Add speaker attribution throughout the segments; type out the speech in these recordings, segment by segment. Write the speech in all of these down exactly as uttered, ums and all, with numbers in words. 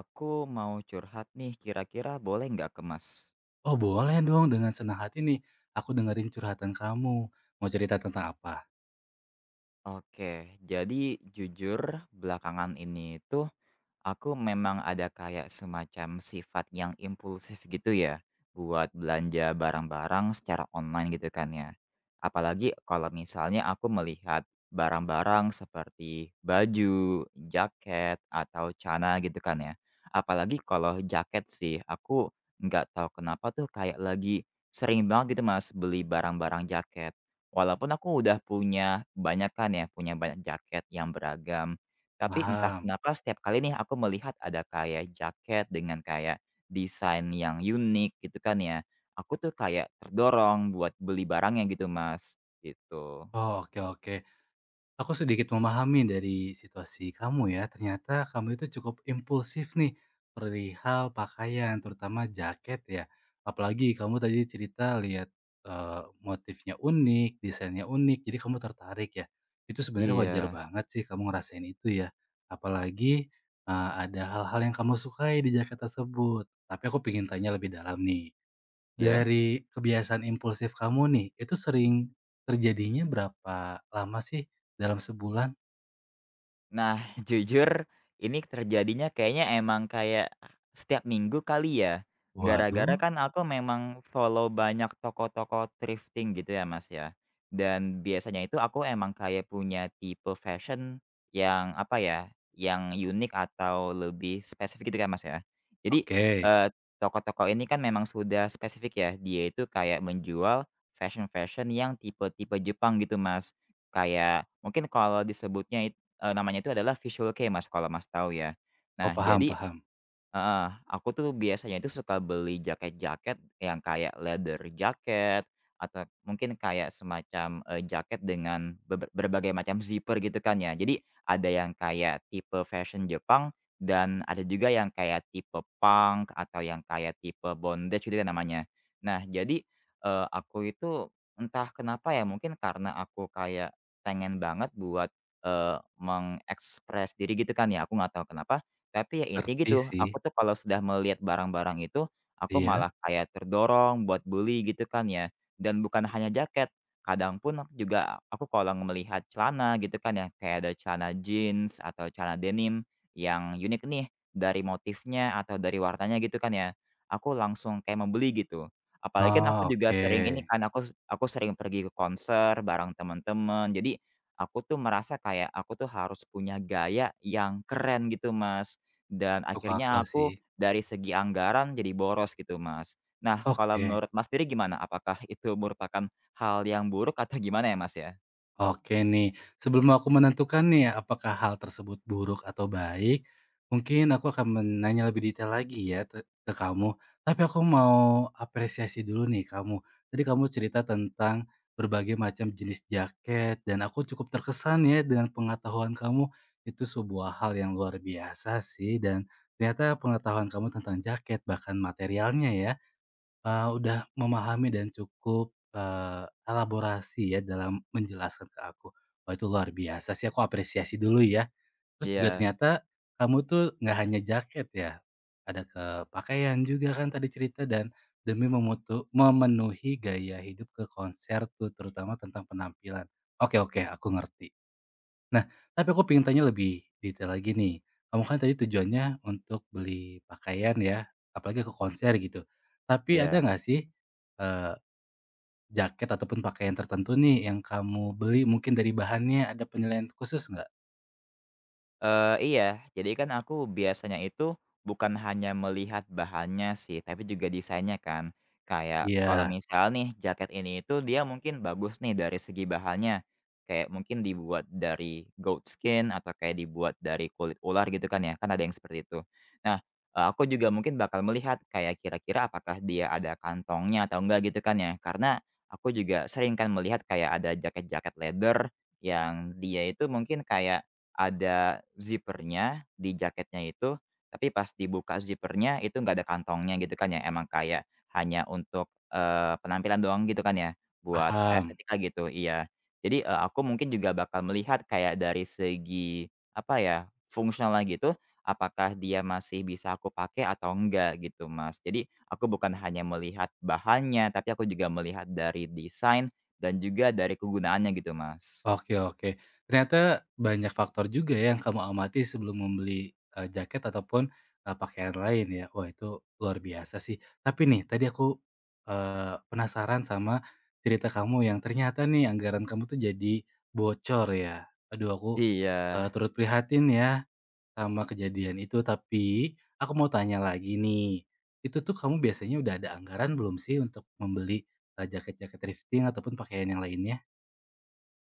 Speaker 1: Aku mau curhat nih, kira-kira boleh nggak ke Mas?
Speaker 2: Oh boleh dong, dengan senang hati nih. Aku dengerin curhatan kamu. Mau cerita tentang apa?
Speaker 1: Oke, jadi jujur belakangan ini tuh Aku memang ada kayak semacam sifat yang impulsif gitu ya, buat belanja barang-barang secara online gitu kan ya. Apalagi kalau misalnya aku melihat barang-barang seperti baju, jaket, atau celana gitu kan ya. Apalagi kalau jaket sih, aku nggak tahu kenapa tuh kayak lagi sering banget gitu mas beli barang-barang jaket. Walaupun aku udah punya banyak kan ya, punya banyak jaket yang beragam, tapi entah
Speaker 2: Paham.
Speaker 1: kenapa setiap kali nih aku melihat ada kayak jaket dengan kayak desain yang unik gitu kan ya, aku tuh kayak terdorong buat beli barangnya gitu Mas, gitu.
Speaker 2: Oh, oke oke. Aku sedikit memahami dari situasi kamu ya. Ternyata kamu itu cukup impulsif nih perihal pakaian, terutama jaket ya. Apalagi kamu tadi cerita lihat eh, motifnya unik, desainnya unik, jadi kamu tertarik ya. Itu sebenarnya wajar
Speaker 1: Iya,
Speaker 2: banget sih kamu ngerasain itu ya. Apalagi eh, ada hal-hal yang kamu sukai di jaket tersebut. Tapi aku pengen tanya lebih dalam nih.
Speaker 1: ya.
Speaker 2: Dari kebiasaan impulsif kamu nih, itu sering terjadinya berapa lama sih dalam sebulan?
Speaker 1: Nah, jujur ini terjadinya kayaknya emang kayak setiap minggu kali ya.
Speaker 2: Waduh,
Speaker 1: Gara-gara kan aku memang follow banyak toko-toko thrifting gitu ya, Mas, ya. Dan biasanya itu aku emang kayak punya tipe fashion yang apa ya, yang unik atau lebih spesifik gitu kan, Mas, ya. Jadi,
Speaker 2: oke.
Speaker 1: eee, toko-toko ini kan memang sudah spesifik ya, dia itu kayak menjual fashion-fashion yang tipe-tipe Jepang gitu, Mas. Kayak mungkin kalau disebutnya, Eee, namanya itu adalah visual kei, Mas, kalau Mas tahu ya.
Speaker 2: Oh,
Speaker 1: Nah,
Speaker 2: paham
Speaker 1: jadi,
Speaker 2: paham.
Speaker 1: Heeh, aku tuh biasanya itu suka beli jaket-jaket yang kayak leather jacket atau mungkin kayak semacam, eee, jaket dengan bebe berbagai macam zipper gitu kan ya. Jadi ada yang kayak tipe fashion Jepang dan ada juga yang kayak tipe punk atau yang kayak tipe bondage gitu ya namanya. Nah jadi, eee, aku itu entah kenapa ya mungkin karena aku kayak pengen banget buat, eee, mengekspres diri gitu kan ya, aku nggak tahu kenapa tapi ya intinya
Speaker 2: Ngerti
Speaker 1: gitu,
Speaker 2: sih,
Speaker 1: aku tuh kalau sudah melihat barang-barang itu, aku
Speaker 2: iya.
Speaker 1: malah kayak terdorong buat beli gitu kan ya. Dan bukan hanya jaket, kadang pun aku juga, aku kalau melihat celana gitu kan ya, kayak ada celana jeans atau celana denim yang unik nih dari motifnya atau dari warnanya gitu kan ya, aku langsung kayak membeli gitu. Apalagi kan aku
Speaker 2: Oh,
Speaker 1: juga
Speaker 2: oke.
Speaker 1: sering ini kan, aku aku sering pergi ke konser bareng teman-teman. Jadi, aku tuh merasa kayak aku tuh harus punya gaya yang keren gitu, Mas. Dan
Speaker 2: Masuk
Speaker 1: akhirnya
Speaker 2: akal sih.
Speaker 1: aku dari segi anggaran jadi boros gitu, Mas. Nah, kalau
Speaker 2: Oke.
Speaker 1: menurut Mas sendiri gimana? Apakah itu merupakan hal yang buruk atau gimana ya, Mas, ya?
Speaker 2: Oke nih, sebelum aku menentukan nih apakah hal tersebut buruk atau baik, mungkin aku akan menanya lebih detail lagi ya te- ke kamu. Tapi aku mau apresiasi dulu nih kamu. Tadi kamu cerita tentang berbagai macam jenis jaket dan aku cukup terkesan ya dengan pengetahuan kamu. Itu sebuah hal yang luar biasa sih dan ternyata pengetahuan kamu tentang jaket bahkan materialnya ya Eee, udah memahami dan cukup, eee, elaborasi ya dalam menjelaskan ke aku. Wah itu luar biasa sih, aku apresiasi dulu ya. Terus juga
Speaker 1: Iya,
Speaker 2: ternyata kamu tuh nggak hanya jaket ya, ada ke pakaian juga kan tadi cerita dan demi memutu memenuhi gaya hidup ke konser tuh, terutama tentang penampilan. Oke oke, aku ngerti. Nah, tapi aku pengen tanya lebih detail lagi nih. Kamu kan tadi tujuannya untuk beli pakaian ya, apalagi ke konser gitu. Tapi ada
Speaker 1: iya.
Speaker 2: nggak sih, eee, jaket ataupun pakaian tertentu nih yang kamu beli mungkin dari bahannya ada penilaian khusus nggak?
Speaker 1: Eee, iya. Jadi kan aku biasanya itu bukan hanya melihat bahannya sih, tapi juga desainnya kan. Kayak kalau
Speaker 2: Iya,
Speaker 1: misal nih jaket ini itu dia mungkin bagus nih dari segi bahannya, kayak mungkin dibuat dari goat skin atau kayak dibuat dari kulit ular gitu kan ya, kan ada yang seperti itu. Nah, eee, aku juga mungkin bakal melihat kayak kira-kira apakah dia ada kantongnya atau enggak gitu kan ya. Karena aku juga sering kan melihat kayak ada jaket-jaket leather yang dia itu mungkin kayak ada zipper di jaketnya itu, tapi pas dibuka zipper itu nggak ada kantongnya gitu kan ya, emang kayak hanya untuk, eee, penampilan doang gitu kan ya, buat
Speaker 2: paham.
Speaker 1: estetika gitu, iya. Jadi, eee, aku mungkin juga bakal melihat kayak dari segi, apa ya, fungsionalnya gitu, apakah dia masih bisa aku pakai atau enggak gitu, Mas. Jadi, aku bukan hanya melihat bahannya, tapi aku juga melihat dari desain dan juga dari kegunaannya gitu, Mas.
Speaker 2: Oke oke. Ternyata banyak faktor juga ya yang kamu amati sebelum membeli, eee, jaket ataupun, eee, pakaian lain ya. Wah itu luar biasa sih. Tapi nih tadi aku, eee, penasaran sama cerita kamu yang ternyata nih anggaran kamu tuh jadi bocor ya. Aduh aku,
Speaker 1: Iya.
Speaker 2: eee, turut prihatin ya sama kejadian itu. Tapi aku mau tanya lagi nih, itu tuh kamu biasanya udah ada anggaran belum sih untuk membeli, eee, jaket-jaket thrifting ataupun pakaian yang lainnya?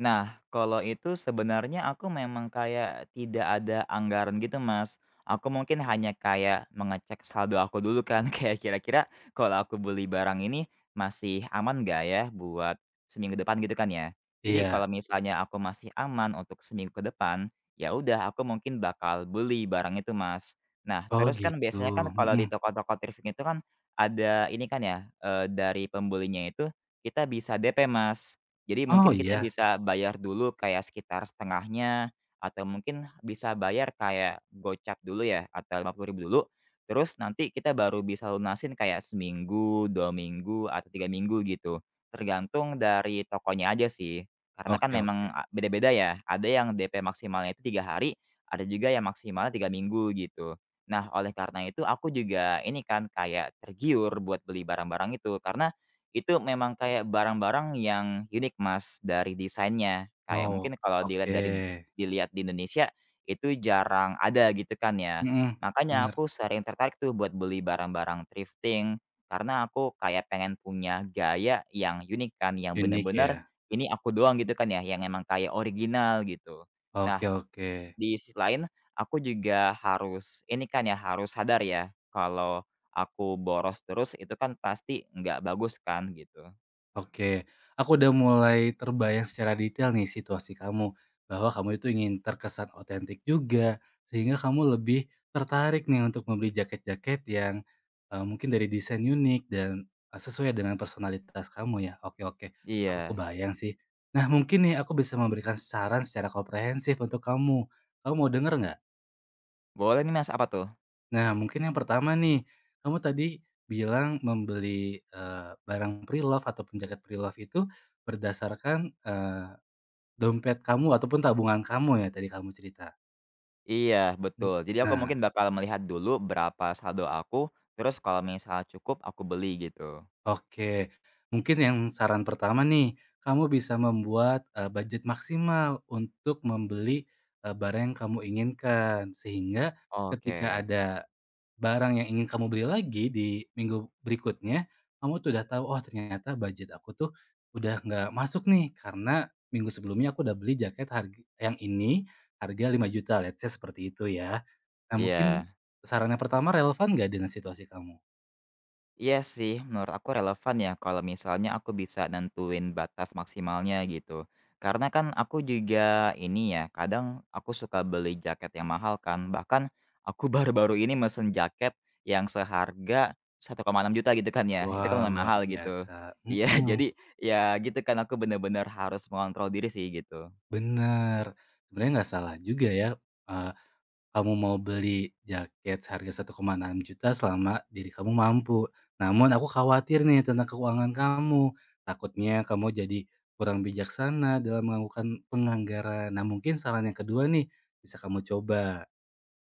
Speaker 1: Nah, kalau itu sebenarnya aku memang kayak tidak ada anggaran gitu, Mas. Aku mungkin hanya kayak mengecek saldo aku dulu kan, kayak kira-kira kalau aku beli barang ini masih aman gak ya buat seminggu depan gitu kan ya. Jadi
Speaker 2: Iya.
Speaker 1: kalau misalnya aku masih aman untuk seminggu ke depan, ya udah aku mungkin bakal beli barang itu, Mas. Nah,
Speaker 2: Oh
Speaker 1: terus kan
Speaker 2: gitu,
Speaker 1: biasanya kan kalau
Speaker 2: mhm.
Speaker 1: di toko-toko thrifting itu kan ada ini kan ya, eee, dari pembelinya itu kita bisa D P, Mas. Jadi
Speaker 2: Oh
Speaker 1: mungkin kita
Speaker 2: iya?
Speaker 1: bisa bayar dulu kayak sekitar setengahnya, atau mungkin bisa bayar kayak gocap dulu ya, atau lima puluh ribu dulu, terus nanti kita baru bisa lunasin kayak seminggu, dua minggu, atau tiga minggu gitu, tergantung dari tokonya aja sih. Karena kan
Speaker 2: Oke oke.
Speaker 1: memang a beda-beda ya, ada yang D P maksimalnya itu tiga hari, ada juga yang maksimalnya tiga minggu gitu. Nah, oleh karena itu aku juga ini kan kayak tergiur buat beli barang-barang itu, karena itu memang kayak barang-barang yang unik, Mas, dari desainnya. Kayak mungkin
Speaker 2: Oh,
Speaker 1: kalau dilihat
Speaker 2: oke.
Speaker 1: dari dilihat di Indonesia, itu jarang ada gitu kan ya.
Speaker 2: Mhm,
Speaker 1: Makanya
Speaker 2: bener,
Speaker 1: aku sering tertarik tuh buat beli barang-barang thrifting, karena aku kayak pengen punya gaya yang unik kan, yang
Speaker 2: unik
Speaker 1: bener-bener
Speaker 2: ya.
Speaker 1: ini aku doang gitu kan ya, yang emang kayak original gitu. Nah,
Speaker 2: Oke oke.
Speaker 1: di sisi lain aku juga harus ini kan ya, harus sadar ya, kalau aku boros terus itu kan pasti nggak bagus kan gitu.
Speaker 2: Oke, aku udah mulai terbayang secara detail nih situasi kamu, bahwa kamu itu ingin terkesan otentik juga, sehingga kamu lebih tertarik nih untuk membeli jaket-jaket yang, eee, mungkin dari desain unik dan, eee, sesuai dengan personalitas kamu ya. Oke oke, aku
Speaker 1: Iya,
Speaker 2: kebayang sih. Nah mungkin nih aku bisa memberikan saran secara komprehensif untuk kamu. Kamu mau denger nggak?
Speaker 1: boleh nih Mas, apa tuh?
Speaker 2: Nah, mungkin yang pertama nih, kamu tadi bilang membeli, eee, barang pre love ataupun jaket pre love itu berdasarkan, eee, dompet kamu ataupun tabungan kamu ya, tadi kamu cerita?
Speaker 1: Iya,
Speaker 2: Mmm.
Speaker 1: betul. Jadi aku
Speaker 2: Nah,
Speaker 1: mungkin bakal melihat dulu berapa saldo aku, terus kalau misalnya cukup aku beli gitu.
Speaker 2: oke, mungkin yang saran pertama nih, kamu bisa membuat, eee, budget maksimal untuk membeli, eee, barang yang kamu inginkan. Sehingga ketika
Speaker 1: Oke,
Speaker 2: ada barang yang ingin kamu beli lagi di minggu berikutnya, kamu tuh udah tahu, "Oh, ternyata budget aku tuh udah nggak masuk nih, karena minggu sebelumnya aku udah beli jaket harg yang ini harga lima juta, let's say seperti itu ya." Nah, mungkin
Speaker 1: iya.
Speaker 2: sarannya pertama relevan nggak dengan situasi kamu?
Speaker 1: Iya sih, menurut aku relevan ya kalau misalnya aku bisa nentuin batas maksimalnya gitu. Karena kan aku juga ini ya, kadang aku suka beli jaket yang mahal kan. Bahkan aku baru-baru ini mesen jaket yang seharga satu koma enam juta gitu kan ya. Itu kan
Speaker 2: Wah,
Speaker 1: lumayan
Speaker 2: luar
Speaker 1: mahal gitu.
Speaker 2: biasa,
Speaker 1: Iya,
Speaker 2: mhm,
Speaker 1: jadi ya gitu kan aku bener-bener harus mengontrol diri sih gitu.
Speaker 2: bener. Sebenarnya nggak salah juga ya, eee, kamu mau beli jaket seharga rp juta selama diri kamu mampu. Namun aku khawatir nih tentang keuangan kamu, takutnya kamu jadi kurang bijaksana dalam melakukan penganggaran. Nah, mungkin saran yang kedua nih, bisa kamu coba,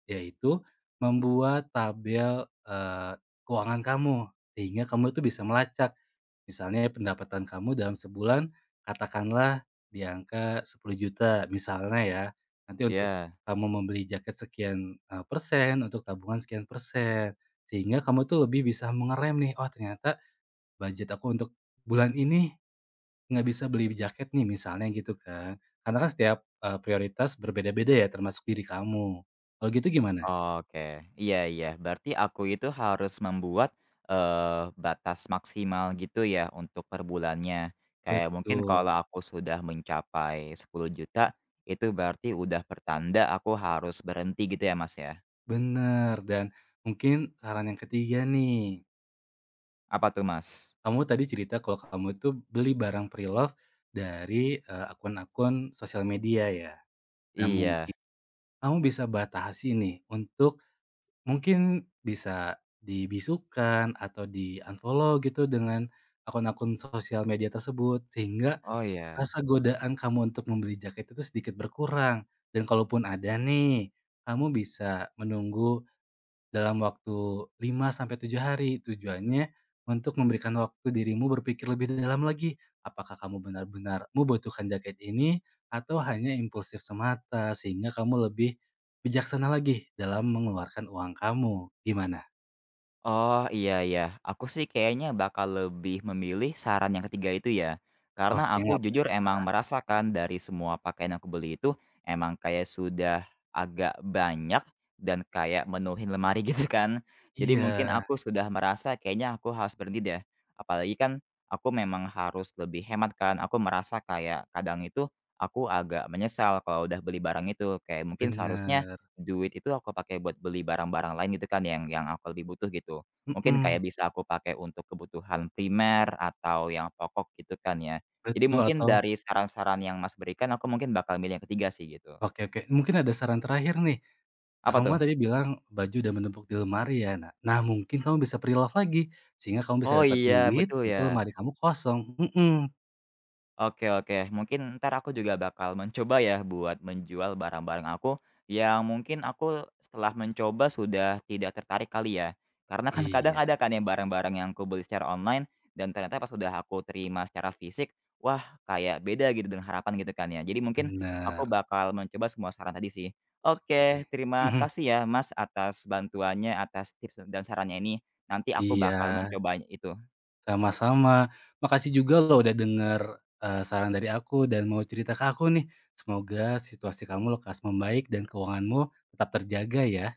Speaker 2: yaitu membuat tabel, eee, keuangan kamu, sehingga kamu itu bisa melacak. Misalnya pendapatan kamu dalam sebulan katakanlah di angka sepuluh juta misalnya ya. Nanti untuk
Speaker 1: Iya.
Speaker 2: kamu membeli jaket sekian, eee, persen, untuk tabungan sekian persen, sehingga kamu tuh lebih bisa mengerem nih, "Oh ternyata budget aku untuk bulan ini nggak bisa beli jaket nih," misalnya gitu kan. Karena kan setiap, eee, prioritas berbeda-beda ya termasuk diri kamu. Kalau gitu gimana?
Speaker 1: Oke, iya iya. Berarti aku itu harus membuat, eee, batas maksimal gitu ya untuk per bulannya. Kayak mungkin kalau
Speaker 2: Betul,
Speaker 1: aku sudah mencapai sepuluh juta, itu berarti udah pertanda aku harus berhenti gitu ya, Mas, ya?
Speaker 2: bener dan mungkin saran yang ketiga nih,
Speaker 1: Apa tuh, Mas?
Speaker 2: kamu tadi cerita kalau kamu itu beli barang pre-loved dari, eee, akun-akun sosial media ya. Nah
Speaker 1: Iya.
Speaker 2: mungkin kamu bisa batasi nih untuk mungkin bisa dibisukan atau di-unfollow gitu dengan akun-akun sosial media tersebut, sehingga
Speaker 1: Oh, iya.
Speaker 2: rasa godaan kamu untuk membeli jaket itu sedikit berkurang. Dan kalaupun ada nih, kamu bisa menunggu dalam waktu lima sampai tujuh hari. Tujuannya untuk memberikan waktu dirimu berpikir lebih dalam lagi, apakah kamu benar-benar membutuhkan jaket ini atau hanya impulsif semata, sehingga kamu lebih bijaksana lagi dalam mengeluarkan uang kamu. Gimana?
Speaker 1: Oh, iya iya. Aku sih kayaknya bakal lebih memilih saran yang ketiga itu ya. Karena
Speaker 2: Oke,
Speaker 1: aku
Speaker 2: nggak apa.
Speaker 1: jujur emang merasakan dari semua pakaian yang aku beli itu emang kayak sudah agak banyak dan kayak menuhin lemari gitu kan. Jadi
Speaker 2: Iya,
Speaker 1: mungkin aku sudah merasa kayaknya aku harus berhenti deh. Apalagi kan aku memang harus lebih hemat kan. Aku merasa kayak kadang itu aku agak menyesal kalau udah beli barang itu. Kayak mungkin seharusnya
Speaker 2: bener.
Speaker 1: Duit itu aku pakai buat beli barang-barang lain gitu kan yang yang aku lebih butuh gitu. Mungkin
Speaker 2: Mhm,
Speaker 1: kayak bisa aku pakai untuk kebutuhan primer atau yang pokok gitu kan ya. Jadi
Speaker 2: betul
Speaker 1: mungkin
Speaker 2: atau
Speaker 1: dari saran-saran yang Mas berikan aku mungkin bakal milih yang ketiga sih gitu.
Speaker 2: oke oke, mungkin ada saran terakhir nih.
Speaker 1: Apa
Speaker 2: Kamu
Speaker 1: tuh?
Speaker 2: kan tadi bilang baju udah menumpuk di lemari ya. Nah nah mungkin kamu bisa pre-love lagi, sehingga kamu bisa
Speaker 1: Oh
Speaker 2: dapat
Speaker 1: iya
Speaker 2: duit,
Speaker 1: betul
Speaker 2: tapi
Speaker 1: ya.
Speaker 2: lemari kamu kosong. Mhm.
Speaker 1: Oke oke, mungkin ntar aku juga bakal mencoba ya buat menjual barang-barang aku, yang mungkin aku setelah mencoba sudah tidak tertarik kali ya. Karena kan kadang ada
Speaker 2: Iya,
Speaker 1: kan yang barang-barang yang aku beli secara online, dan ternyata pas sudah aku terima secara fisik, wah kayak beda gitu dengan harapan gitu kan ya. Jadi mungkin aku
Speaker 2: bener.
Speaker 1: bakal mencoba semua saran tadi sih.
Speaker 2: Oke
Speaker 1: Oke,
Speaker 2: deh.
Speaker 1: terima
Speaker 2: Mhm.
Speaker 1: kasih ya Mas atas bantuannya, atas tips dan sarannya ini. Nanti aku
Speaker 2: Iya,
Speaker 1: bakal mencoba itu.
Speaker 2: sama-sama. Makasih juga lo udah denger, eee, saran dari aku dan mau cerita ke aku nih. Semoga situasi kamu lekas membaik dan keuanganmu tetap terjaga ya.